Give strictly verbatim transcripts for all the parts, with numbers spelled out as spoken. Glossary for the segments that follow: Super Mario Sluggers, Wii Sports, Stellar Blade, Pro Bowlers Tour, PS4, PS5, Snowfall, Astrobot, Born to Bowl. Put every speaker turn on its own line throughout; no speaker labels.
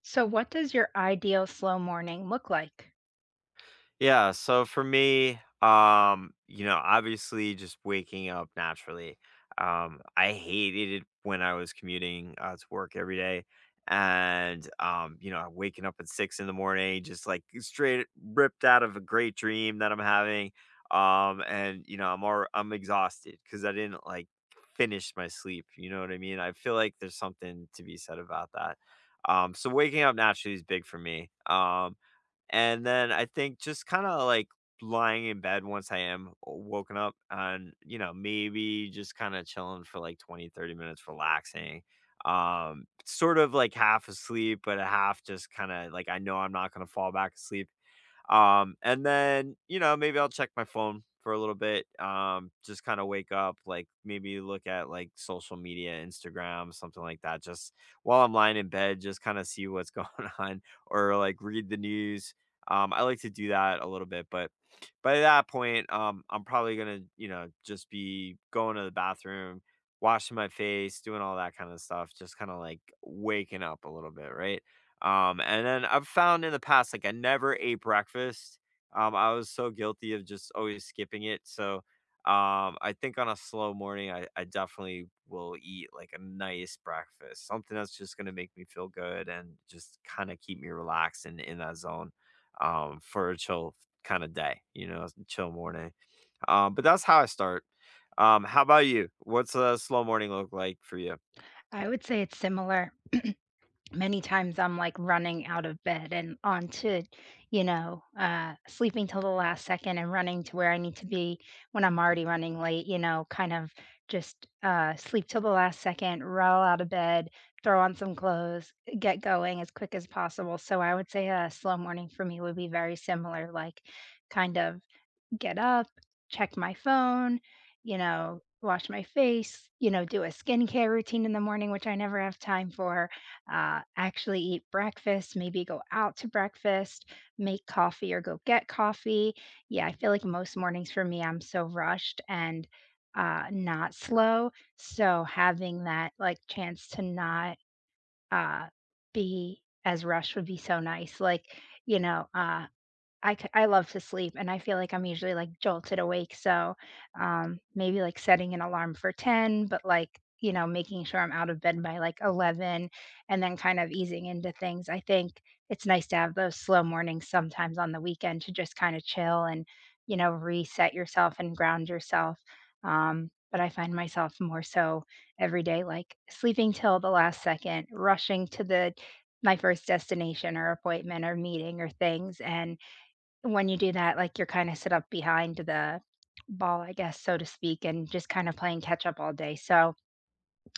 So, what does your ideal slow morning look like?
Yeah, so for me, um, you know, obviously just waking up naturally. Um, I hated it when I was commuting uh, to work every day. And, um, you know, waking up at six in the morning, just like straight ripped out of a great dream that I'm having. Um, and, you know, I'm all, I'm exhausted because I didn't like finish my sleep. You know what I mean? I feel like there's something to be said about that. Um, so waking up naturally is big for me. Um, and then I think just kinda, like, lying in bed once I am woken up and, you know, maybe just kinda chilling for, like, twenty thirty minutes, relaxing. Um, sort of, like, half asleep, but a half just kinda, like, I know I'm not gonna fall back asleep. Um, and then, you know, maybe I'll check my phone for a little bit. Um, just kind of wake up, like maybe look at like social media, Instagram, something like that. Just while I'm lying in bed, just kind of see what's going on or like read the news. Um, I like to do that a little bit, but by that point, um, I'm probably gonna, you know, just be going to the bathroom, washing my face, doing all that kind of stuff, just kind of like waking up a little bit, right? Um, and then I've found in the past, like, I never ate breakfast. Um, I was so guilty of just always skipping it. So, um, I think on a slow morning, I, I definitely will eat like a nice breakfast, something that's just going to make me feel good and just kind of keep me relaxed and in that zone, um, for a chill kind of day, you know, chill morning. Um, but that's how I start. Um, how about you? What's a slow morning look like for you?
I would say it's similar. Many times I'm like running out of bed and onto, you know, uh, sleeping till the last second and running to where I need to be when I'm already running late, you know, kind of just uh, sleep till the last second, roll out of bed, throw on some clothes, get going as quick as possible. So, I would say a slow morning for me would be very similar, like kind of get up, check my phone, you know, wash my face, you know, do a skincare routine in the morning, which I never have time for, uh, actually eat breakfast, maybe go out to breakfast, make coffee or go get coffee. Yeah, I feel like most mornings for me, I'm so rushed and uh, not slow. So having that like chance to not uh, be as rushed would be so nice. Like, you know, uh, I c I love to sleep, and I feel like I'm usually, like, jolted awake, so, um, maybe, like, setting an alarm for ten, but, like, you know, making sure I'm out of bed by, like, eleven and then kind of easing into things. I think it's nice to have those slow mornings sometimes on the weekend to just kinda chill and, you know, reset yourself and ground yourself, um, but I find myself more so every day, like, sleeping till the last second, rushing to the my first destination or appointment or meeting or things, and when you do that, like, you're kinda set up behind the ball, I guess, so to speak, and just kinda playing catch up all day, so,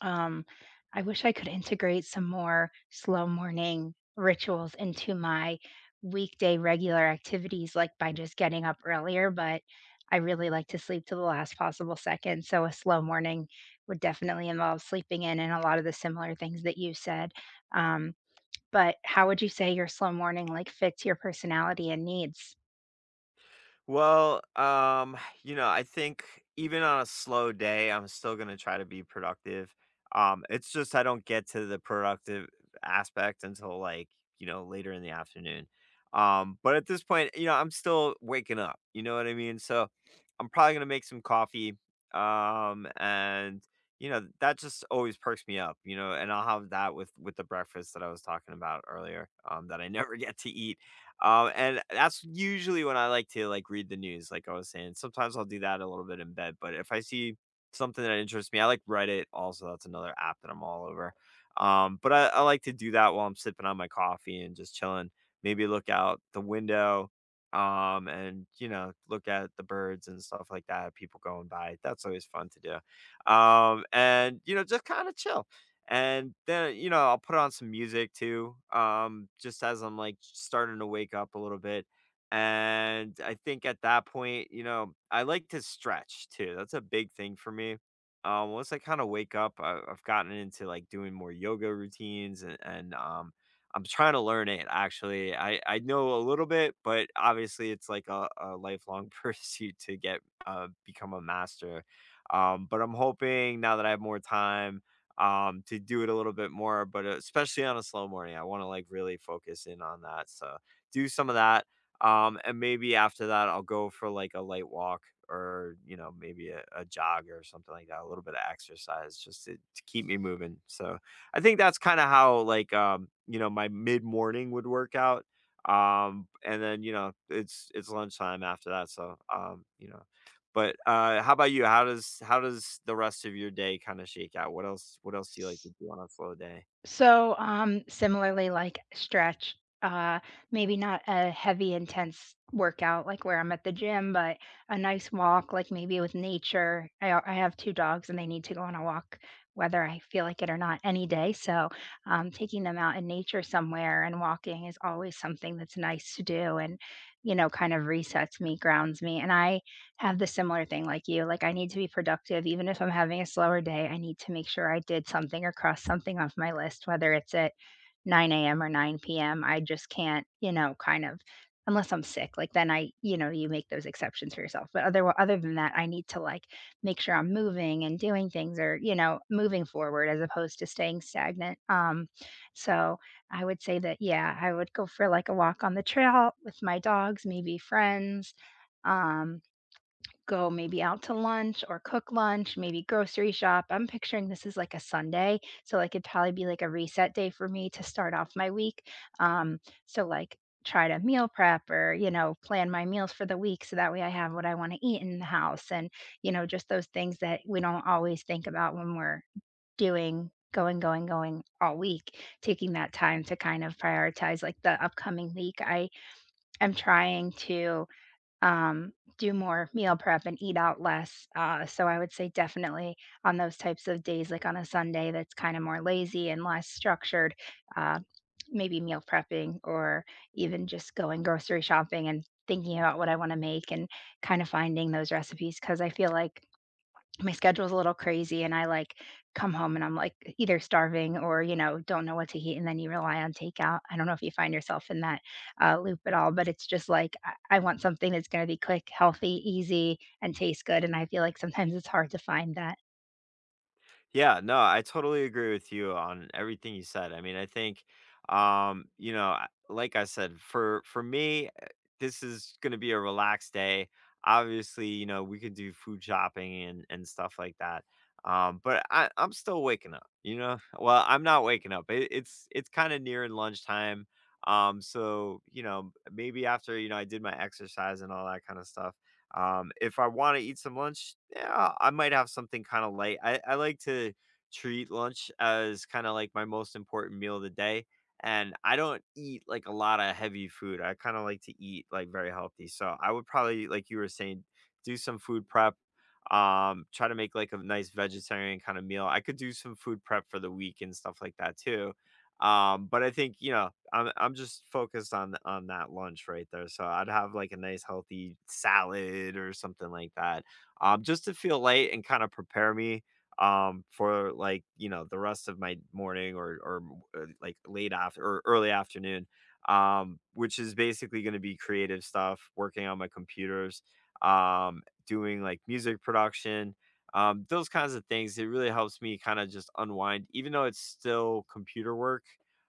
um, I wish I could integrate some more slow morning rituals into my weekday regular activities, like, by just getting up earlier, but I really like to sleep to the last possible second, so a slow morning would definitely involve sleeping in and a lot of the similar things that you said, um, but how would you say your slow morning, like, fits your personality and needs?
Well, um, you know, I think even on a slow day, I'm still gonna try to be productive. Um, it's just I don't get to the productive aspect until like, you know, later in the afternoon. Um, but at this point, you know, I'm still waking up, you know what I mean? So I'm probably gonna make some coffee. Um, and you know, that just always perks me up, you know, and I'll have that with with the breakfast that I was talking about earlier, um, that I never get to eat um, and that's usually when I like to, like, read the news, like I was saying. Sometimes I'll do that a little bit in bed, but if I see something that interests me I like Reddit also, that's another app that I'm all over. Um, but I I like to do that while I'm sipping on my coffee and just chilling. Maybe look out the window, um, and, you know, look at the birds and stuff like that, people going by. That's always fun to do. Um, and, you know, just kinda chill. And then, you know, I'll put on some music too, um, just as I'm like starting to wake up a little bit. And I think at that point, you know, I like to stretch too. That's a big thing for me. Um, once I kind of wake up, I, I've gotten into like doing more yoga routines and, and um, I'm trying to learn it actually. I, I know a little bit, but obviously it's like a, a lifelong pursuit to get uh, become a master. Um, but I'm hoping now that I have more time um, to do it a little bit more. But uh, especially on a slow morning, I want to like really focus in on that. So do some of that. Um, and maybe after that, I'll go for like a light walk or, you know, maybe a, a jog or something like that, a little bit of exercise just to, to keep me moving. So I think that's kind of how like, um, you know, my mid morning would work out um and then you know it's it's lunchtime after that so um you know but, uh, how about you? How does how does the rest of your day kinda shake out? What else what else do you like to do on a slow day?
So, um, similarly, like stretch, uh, maybe not a heavy, intense workout like where I'm at the gym, but a nice walk, like maybe with nature. I, al- I have two dogs and they need to go on a walk, whether I feel like it or not, any day. So, um, taking them out in nature somewhere and walking is always something that's nice to do and, you know, kind of resets me, grounds me. And I have the similar thing like you, like, I need to be productive even if I'm having a slower day, I need to make sure I did something or crossed something off my list, whether it's at nine a m or nine p m, I just can't, you know, kind of unless I'm sick, like, then I, you know, you make those exceptions for yourself, but other other than that, I need to, like, make sure I'm moving and doing things or, you know, moving forward as opposed to staying stagnant, um, so I would say that, yeah, I would go for, like, a walk on the trail with my dogs, maybe friends, um go maybe out to lunch or cook lunch, maybe grocery shop. I'm picturing this is like a Sunday, so like it'd probably be like a reset day for me to start off my week. Um, so like try to meal prep or, you know, plan my meals for the week so that way I have what I want to eat in the house and, you know, just those things that we don't always think about when we're doing going going going all week, taking that time to kind of prioritize like the upcoming week. I am trying to, um, do more meal prep and eat out less. Uh, so I would say definitely on those types of days, like on a Sunday that's kind of more lazy and less structured, uh, maybe meal prepping or even just going grocery shopping and thinking about what I want to make and kind of finding those recipes, because I feel like my schedule's a little crazy and I like come home and I'm like either starving or, you know, don't know what to eat and then you rely on takeout. I don't know if you find yourself in that uh, loop at all, but it's just like I, I want something that's going to be quick, healthy, easy, and taste good. And I feel like sometimes it's hard to find that.
Yeah, no, I totally agree with you on everything you said. I mean, I think, um, you know, I- like I said, for for me, uh, this is going to be a relaxed day. Obviously, you know, we could do food shopping and and stuff like that. Um, but I, I'm still waking up. You know, well, I'm not waking up. It, it's it's kind of nearing lunchtime. Um, so you know, maybe after you know I did my exercise and all that kind of stuff um, if I want to eat some lunch, yeah, I might have something kind of light. I, I like to treat lunch as kind of like my most important meal of the day. And I don't eat like a lot of heavy food. I kind of like to eat like very healthy. So I would probably, like you were saying, do some food prep. Um, try to make like a nice vegetarian kind of meal. I could do some food prep for the week and stuff like that too um, but I think, you know, I'm I'm just focused on on that lunch right there. So I'd have like a nice healthy salad or something like that. Um, just to feel light and kind of prepare me um for like, you know, the rest of my morning or or uh, like late after or early afternoon. Um, which is basically going to be creative stuff, working on my computers, um, doing like music production, um, those kinds of things. It really helps me kind of just unwind, even though it's still computer work.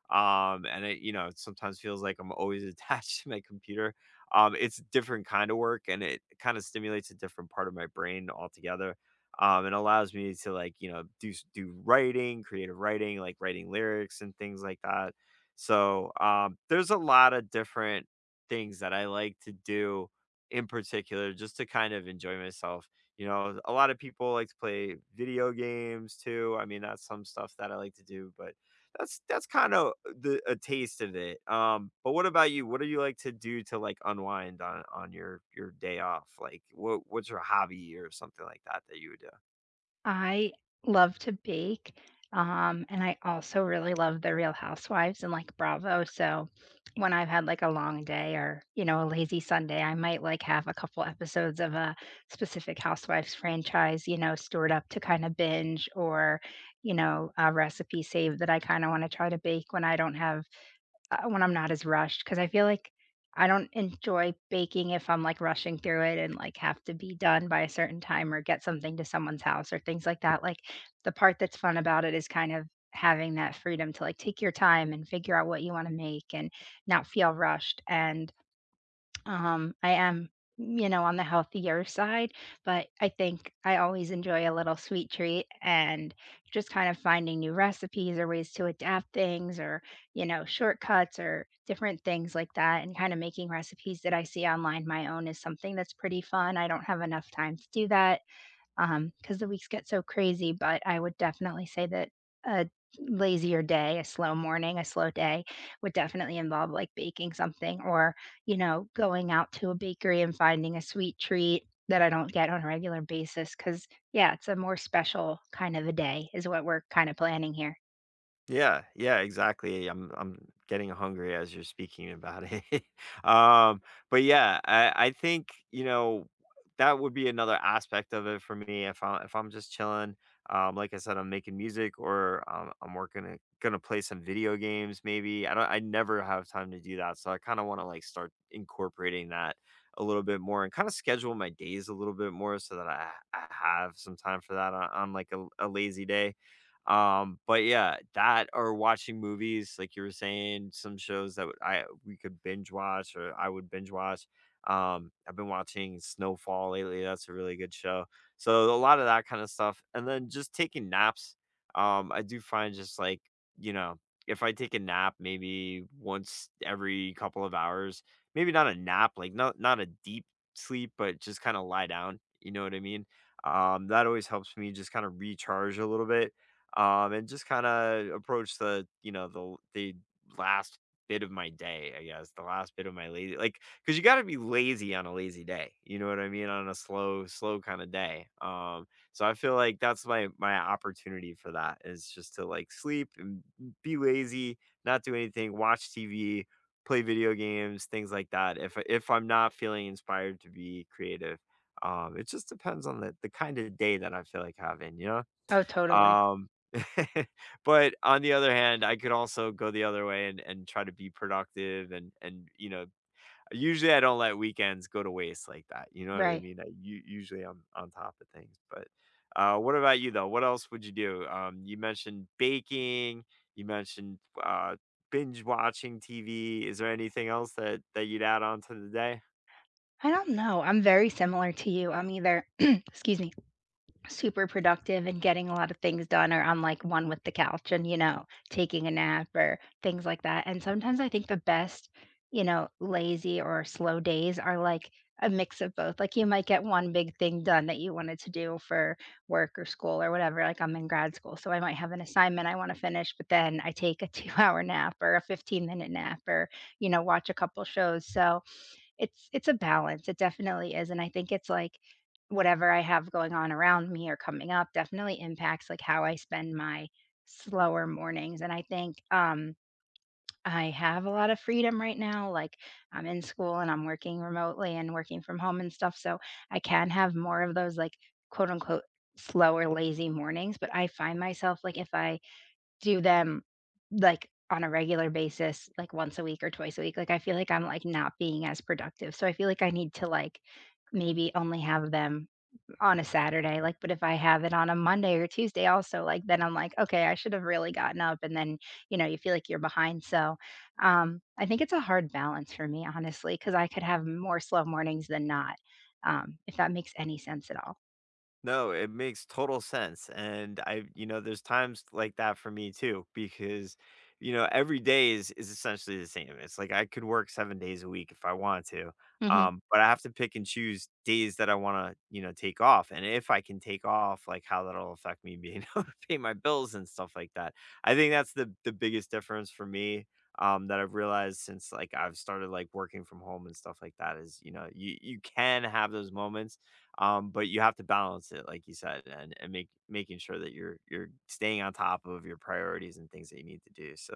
Um, and it, you know, it sometimes feels like I'm always attached to my computer. Um, it's a different kind of work and it kind of stimulates a different part of my brain altogether. Um, and allows me to like, you know, do, s- do writing, creative writing, like writing lyrics and things like that. So, um, there's a lot of different things that I like to do in particular just to kind of enjoy myself you know, a lot of people like to play video games too. I mean, that's some stuff that I like to do, but that's that's kind of the a taste of it. Um, but what about you? What do you like to do to like unwind on on your your day off? Like, what what's your hobby or something like that that you would do?
I love to bake, um, and I also really love The Real Housewives and, like, Bravo, so when I've had, like, a long day or, you know, a lazy Sunday, I might, like, have a couple episodes of a specific Housewives franchise, you know, stored up to kinda binge, or, you know, a recipe saved that I kinda wanna try to bake when I don't have, uh, when I'm not as rushed, because I feel like I don't enjoy baking if I'm, like, rushing through it and, like, have to be done by a certain time or get something to someone's house or things like that. Like, the part that's fun about it is kind of having that freedom to, like, take your time and figure out what you wanna make and not feel rushed, and um, I am, you know, on the healthier side, but I think I always enjoy a little sweet treat and just kind of finding new recipes or ways to adapt things or, you know, shortcuts or different things like that. And kind of making recipes that I see online my own is something that's pretty fun. I don't have enough time to do that, um because the weeks get so crazy, but I would definitely say that a lazier day, a slow morning, a slow day would definitely involve, like, baking something or, you know, going out to a bakery and finding a sweet treat that I don't get on a regular basis. Because yeah, it's a more special kind of a day is what we're kinda planning here.
Yeah, yeah, exactly. I'm I'm getting hungry as you're speaking about it. um, but yeah, I, I think you know that would be another aspect of it for me. If I am if I'm just chilling, um, like I said, I'm making music or um, I'm working a, gonna play some video games. Maybe I don't. I never have time to do that, so I kind of want to like start incorporating that a little bit more and kind of schedule my days a little bit more so that I I have some time for that on, on like a, a lazy day um, but yeah, that or watching movies, like you were saying, some shows that would- I we could binge watch or I would binge watch. Um, I've been watching Snowfall lately. That's a really good show. So a lot of that kind of stuff. And then just taking naps. Um, I do find just like, you know, if I take a nap maybe once every couple of hours, maybe not a nap, like not not a deep sleep, but just kind of lie down. You know what I mean? Um, that always helps me just kind of recharge a little bit um, and just kind of approach the you know the the last bit of my day, I guess, the last bit of my lazy, like, because you got to be lazy on a lazy day, you know what I mean, on a slow, slow kind of day. Um, so I feel like that's my my opportunity for that is just to like sleep and be lazy, not do anything, watch T V, play video games, things like that. If if I'm not feeling inspired to be creative. Um, it just depends on the, the kind of day that I feel like having, you know?
Oh, totally.
Um, but on the other hand, I could also go the other way and and try to be productive and and, you know, usually I don't let weekends go to waste like that, you know what I
Right.
mean? I u Usually I'm on top of things, but, uh, what about you, though? What else would you do? Um, you mentioned baking, you mentioned, uh, binge watching T V. Is there anything else that that you'd add on to the day?
I don't know. I'm very similar to you. I'm either excuse me. Super productive and getting a lot of things done, or I'm, like, one with the couch and, you know, taking a nap or things like that, and sometimes I think the best, you know, lazy or slow days are, like, a mix of both, like, you might get one big thing done that you wanted to do for work or school or whatever, like, I'm in grad school, so I might have an assignment I wanna finish, but then I take a two-hour nap or a fifteen-minute nap or, you know, watch a couple shows, so it's it's a balance, it definitely is, and I think it's, like, whatever I have going on around me or coming up definitely impacts, like, how I spend my slower mornings, and I think, um, I have a lot of freedom right now, like, I'm in school and I'm working remotely and working from home and stuff, so I can have more of those, like, quote, unquote, "slower, lazy mornings," but I find myself, like, if I do them, like, on a regular basis, like, once a week or twice a week, like, I feel like I'm, like, not being as productive, so I feel like I need to, like, maybe only have them on a Saturday, like, but if I have it on a Monday or Tuesday also, like, then I'm like, "Okay, I should have really gotten up," and then, you know, you feel like you're behind, so, um, I think it's a hard balance for me, honestly, because I could have more slow mornings than not, um, if that makes any sense at all.
No, it makes total sense. And I, you know, there's times like that for me too, because, you know, every day is is essentially the same. It's like I could work seven days a week if I want to.
Mhm.
Um, but I have to pick and choose days that I want to, you know, take off. And if I can take off, like how that'll affect me being able to pay my bills and stuff like that. I think that's the the biggest difference for me. Um, that I've realized since like I've started like working from home and stuff like that is, you know, you you can have those moments um, but you have to balance it, like you said, and and make making sure that you're you're staying on top of your priorities and things that you need to do. So,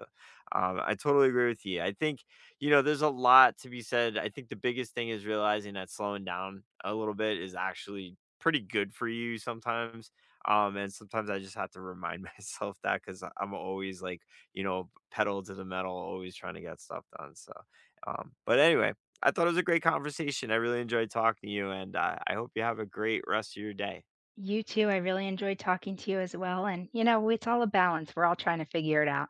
um, I totally agree with you. I think you know there's a lot to be said. I think the biggest thing is realizing that slowing down a little bit is actually pretty good for you sometimes. Um, and sometimes I just have to remind myself that because I'm always like, you know, pedal to the metal, always trying to get stuff done. So, um, but anyway, I thought it was a great conversation. I really enjoyed talking to you, and uh, I hope you have a great rest of your day.
You too. I really enjoyed talking to you as well. And, you know, it's all a balance. We're all trying to figure it out.